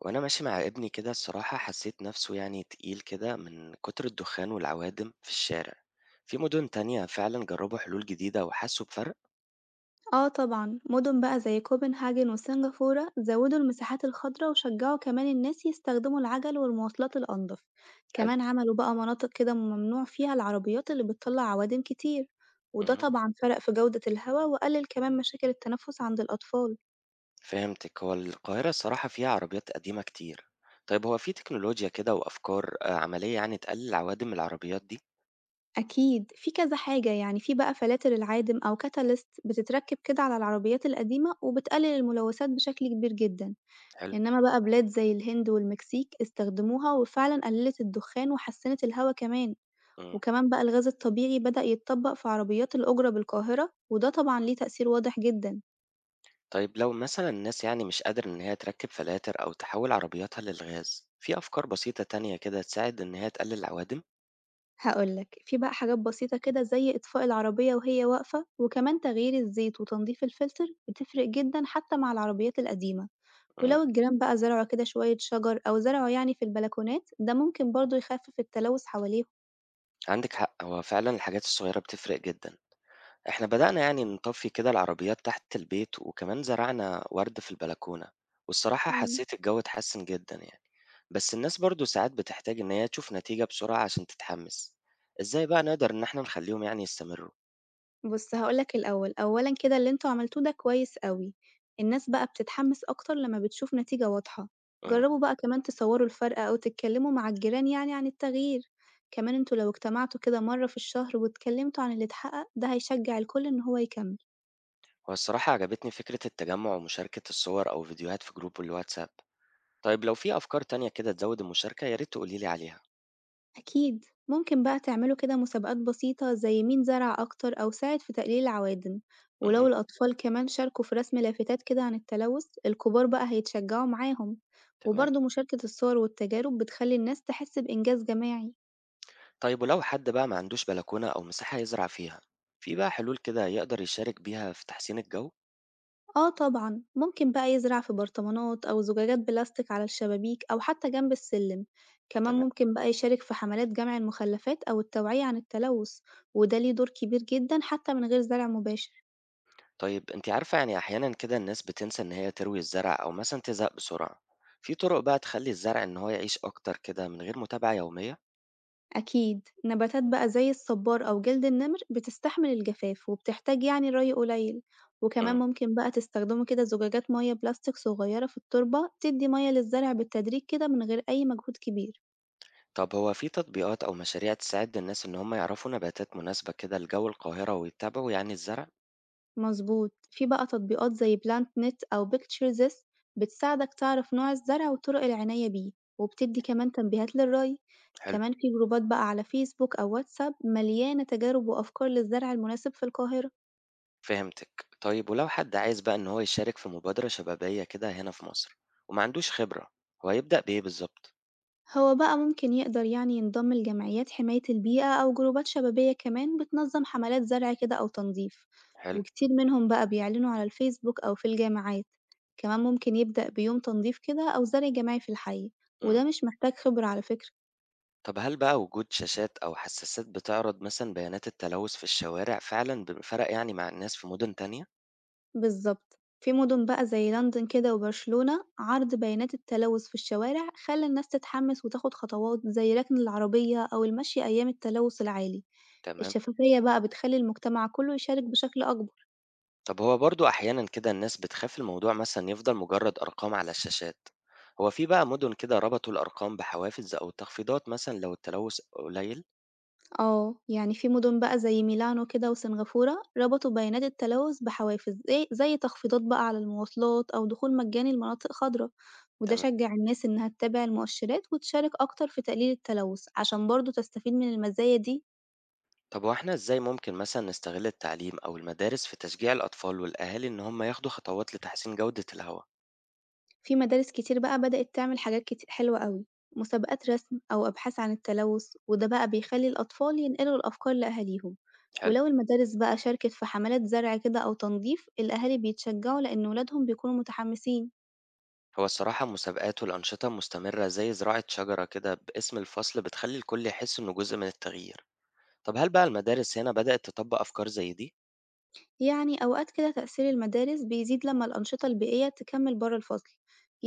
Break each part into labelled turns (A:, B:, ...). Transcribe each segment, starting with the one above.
A: وأنا ماشي مع ابني كده الصراحة حسيت نفسه تقيل كده من كتر الدخان والعوادم في الشارع. في مدن تانية فعلا جربوا حلول جديدة وحسوا بفرق.
B: آه طبعًا، مدن بقى زي كوبنهاجن وسنغافورة زودوا المساحات الخضراء وشجعوا كمان الناس يستخدموا العجل والمواصلات الأنظف،
A: حلو.
B: كمان عملوا بقى مناطق كده ممنوع فيها العربيات اللي بتطلع عوادم كتير، وده
A: مهم.
B: طبعًا فرق في جودة الهوا وقلل كمان مشاكل التنفس عند الأطفال.
A: فهمتك، هو القاهرة الصراحة فيها عربيات قديمة كتير. طيب هو في تكنولوجيا كده وأفكار عملية تقلل عوادم العربيات دي؟
B: أكيد في كذا حاجة يعني في بقى فلاتر العادم أو كاتاليست بتتركب كده على العربيات القديمة وبتقلل الملوثات بشكل كبير جدًا.
A: حلو.
B: إنما بقى بلاد زي الهند والمكسيك استخدموها وفعلًا قللت الدخان وحسنت الهوا كمان،
A: مم.
B: وكمان بقى الغاز الطبيعي بدأ يتطبق في عربيات الأجرة بالقاهرة وده طبعًا ليه تأثير واضح جدًا،
A: طيب لو مثلا الناس مش قادرة إن هي تركب فلاتر أو تحول عربياتها للغاز، في أفكار بسيطة تانية كده تساعد إن هي تقلل العوادم؟
B: هاقول لك في بقى حاجات بسيطة كده زي إطفاء العربية وهي واقفة، وكمان تغيير الزيت وتنضيف الفلتر بتفرق جدًا حتى مع العربيات القديمة،
A: مم.
B: ولو الجيران بقى زرعوا كده شوية شجر أو زرعوا يعني في البلكونات ده ممكن برضه يخفف التلوث حواليهم.
A: عندِك حق، هو فعلًا الحاجات الصغيرة بتفرق جدًا. إحنا بدأنا نطفّي كده العربيات تحت البيت، وكمان زرعنا وَرْد في البلكونة، والصراحة
B: إمم.
A: حسّيت الجو اتحسّن جدًا يعني. بس الناس برضه ساعات بتحتاج إن هي تشوف نتيجة بسرعة عشان تتحمّس. إزاي بقى نقدر إن إحنا نخلّيهم يستمرّوا؟
B: بُص هاقول لك الأول، أولًا كده اللي أنتم عملتوه ده كويس أوي، الناس بقى بتتحمس أكتر لمّا بتشوف نتيجة واضحة،
A: إمم.
B: جربوا بقى كمان تصوروا الفرق أو تتكلموا مع الجيران يعني عن التغيير، كمان أنتم لو اجتمعتوا كده مرة في الشهر واتكلمتوا عن اللي اتحقق ده هيشجع الكل إن هو يكمل.
A: هو الصراحة عجبتني فكرة التجمُّع ومشاركة الصور أو فيديوهات في جروب الواتساب. طيب لو في أفكار تانية كده تزوّد المشاركة، يا ريت تقولي لي عليها.
B: أكيد ممكن بقى تعملوا كده مسابقات بسيطة زي مين زرع أكتر أو ساعد في تقليل العوادم، ولو
A: اهم،
B: الأطفال كمان شاركوا في رسم لافتات كده عن التلوث الكبار بقى هيتشجعوا معاهم.
A: تمام.
B: وبرضه مشاركة الصور والتجارب بتخلي الناس تحس بإنجاز جماعي.
A: طيب ولو حد بقى ما عندوش بلكونة أو مساحة يزرع فيها، في بقى حلول كده يقدر يشارك بيها في تحسين الجو؟
B: آه طبعا ممكن بقى يزرع في برطمانات أو زجاجات بلاستيك على الشبابيك أو حتى جنب السلم، كمان
A: تمام.
B: ممكن بقى يشارك في حملات جمع المخلفات أو التوعية عن التلوث، وده ليه دور كبير جدا حتى من غير زرع مباشر.
A: طيب انت عارفة، أحيانا كده الناس بتنسى إن هي تروي الزرع أو مثلا تزهق بسرعة، في طرق بقى تخلي الزرع إن هو يعيش أكتر كده من غير متابعة يومية؟
B: أكيد، نباتات بقى زي الصبار أو جلد النمر بتستحمل الجفاف وبتحتاج يعني ري قليل، وكمان
A: مم.
B: ممكن بقى تستخدموا كده زجاجات مية بلاستيك صغيرة في التربة تدي مية للزرع بالتدريج كده من غير أي مجهود كبير.
A: طب هو في تطبيقات أو مشاريع تساعد الناس إن هم يعرفوا نباتات مناسبة كده لجو القاهرة ويتابعوا الزرع؟
B: مظبوط، في بقى تطبيقات زي بلانت نت أو بيكتشر زيس بتساعدك تعرف نوع الزرع وطرق العناية بيه، وبتدي كمان تنبيهات للري،
A: حلو.
B: كمان في جروبات بقى على فيسبوك أو واتساب مليانة تجارب وأفكار للزرع المناسب في القاهرة.
A: فهمتك، طيب ولو حد عايز بقى إن هو يشارك في مبادرة شبابية كده هنا في مصر وما عندوش خبرة، هو هيبدأ بإيه بالظبط؟
B: هو بقى ممكن يقدر يعني ينضم لجمعيات حماية البيئة أو جروبات شبابية كمان بتنظم حملات زرع كده أو تنظيف،
A: حلو.
B: وكتير منهم بقى بيعلنوا على الفيسبوك أو في الجامعات، كمان ممكن يبدأ بيوم تنظيف كده أو زرع جماعي في الحي
A: إمم.
B: وده مش محتاج خبرة على فكرة.
A: طب هل بقى وجود شاشات أو حسّاسات بتعرض مثلًا بيانات التلوث في الشوارع فعلًا ب فرق مع الناس في مُدن تانية؟
B: بالظبط، في مدن بقى زي لندن كده وبرشلونة عرض بيانات التلوث في الشوارع خلى الناس تتحمس وتاخد خطوات زي ركن العربية أو المشي أيام التلوث العالي،
A: تمام.
B: الشفافية بقى بتخلي المجتمع كله يشارك بشكل أكبر.
A: طب هو برضه أحيانًا كده الناس بتخاف الموضوع مثلًا يفضل مجرّد أرقام على الشاشات، هو في بقى مُدن كده ربطوا الأرقام بحوافز أو تخفيضات مثلًا لو التلوث قليل؟
B: آه، يعني في مدن بقى زي ميلانو كده وسنغافورة ربطوا بيانات التلوث بحوافز زي تخفيضات بقى على المواصلات أو دخول مجاني لمناطق خضراء، وده
A: تمام.
B: شجع الناس إنها تتابع المؤشرات وتشارك أكتر في تقليل التلوث عشان برضه تستفيد من المزايا دي.
A: طب هو إحنا إزاي ممكن مثلًا نستغل التعليم أو المدارس في تشجيع الأطفال والأهالي إن هم ياخدوا خطوات لتحسين جودة الهوا؟
B: في مدارس كتير بقى بدأت تعمل حاجات كتير حلوة أوي، مسابقات رسم أو أبحاث عن التلوث وده بقى بيخلي الأطفال ينقلوا الأفكار لأهاليهم.
A: حلو.
B: ولو المدارس بقى شاركت في حملات زرع كده أو تنظيف الأهالي بيتشجعوا لأن ولادهم بيكونوا متحمسين.
A: هو الصراحة مسابقات والأنشطة مستمرة زي زراعة شجرة كده باسم الفصل بتخلي الكل يحس إنه جزء من التغيير. طب هل بقى المدارس هنا بدأت تطبق أفكار زي دي؟
B: يعني أوقات كده تأثير المدارس بيزيد لما الأنشطة البيئية تكمل بره الفصل،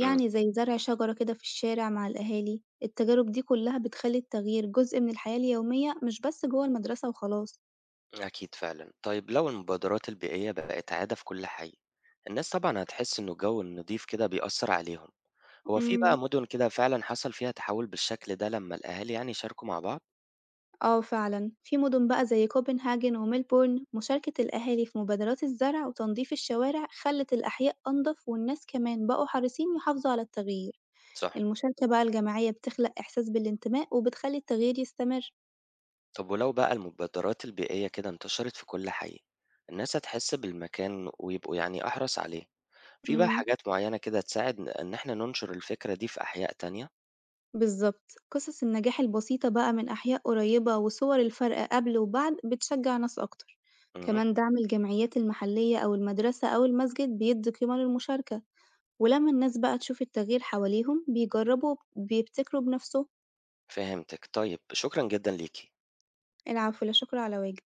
A: امم.
B: زي زرع شجرة كده في الشارع مع الأهالي، التجارب دي كلها بتخلي التغيير جزء من الحياة اليومية مش بس جوه المدرسة وخلاص.
A: أكيد فعلا. طيب لو المبادرات البيئية بقت عادة في كل حي، الناس طبعا هتحس إنه الجو النضيف كده بيأثر عليهم. هو في بقى
B: امم.
A: مدن كده فعلا حصل فيها تحول بالشكل ده لما الأهالي شاركوا مع بعض؟
B: اه فعلا في مدن بقى زي كوبنهاجن وميلبورن مشاركة الأهالي في مبادرات الزرع وتنظيف الشوارع خلت الأحياء أنظف والناس كمان بقوا حريصين يحافظوا على التغيير.
A: صح.
B: المشاركة بقى الجماعية بتخلق إحساس بالانتماء وبتخلي التغيير يستمر.
A: طب ولو بقى المبادرات البيئية كده انتشرت في كل حي، الناس هتحس بالمكان ويبقوا أحرص عليه، في بقى
B: امم.
A: حاجات معيّنة كده تساعد إن إحنا ننشر الفكرة دي في أحياء تانية؟
B: بالظبط قصص النجاح البسيطة بقى من أحياء قريبة وصور الفرق قبل وبعد بتشجع ناس أكتر،
A: اهم،
B: كمان دعم الجمعيات المحلية أو المدرسة أو المسجد بيدي قيمة للمشاركة، ولما الناس بقى تشوف التغيير حواليهم بيجربوا وبيبتكروا بنفسهم.
A: فهمتِك، طيب شكرًا جدًا ليكِ.
B: العفو، لا شكر على واجب.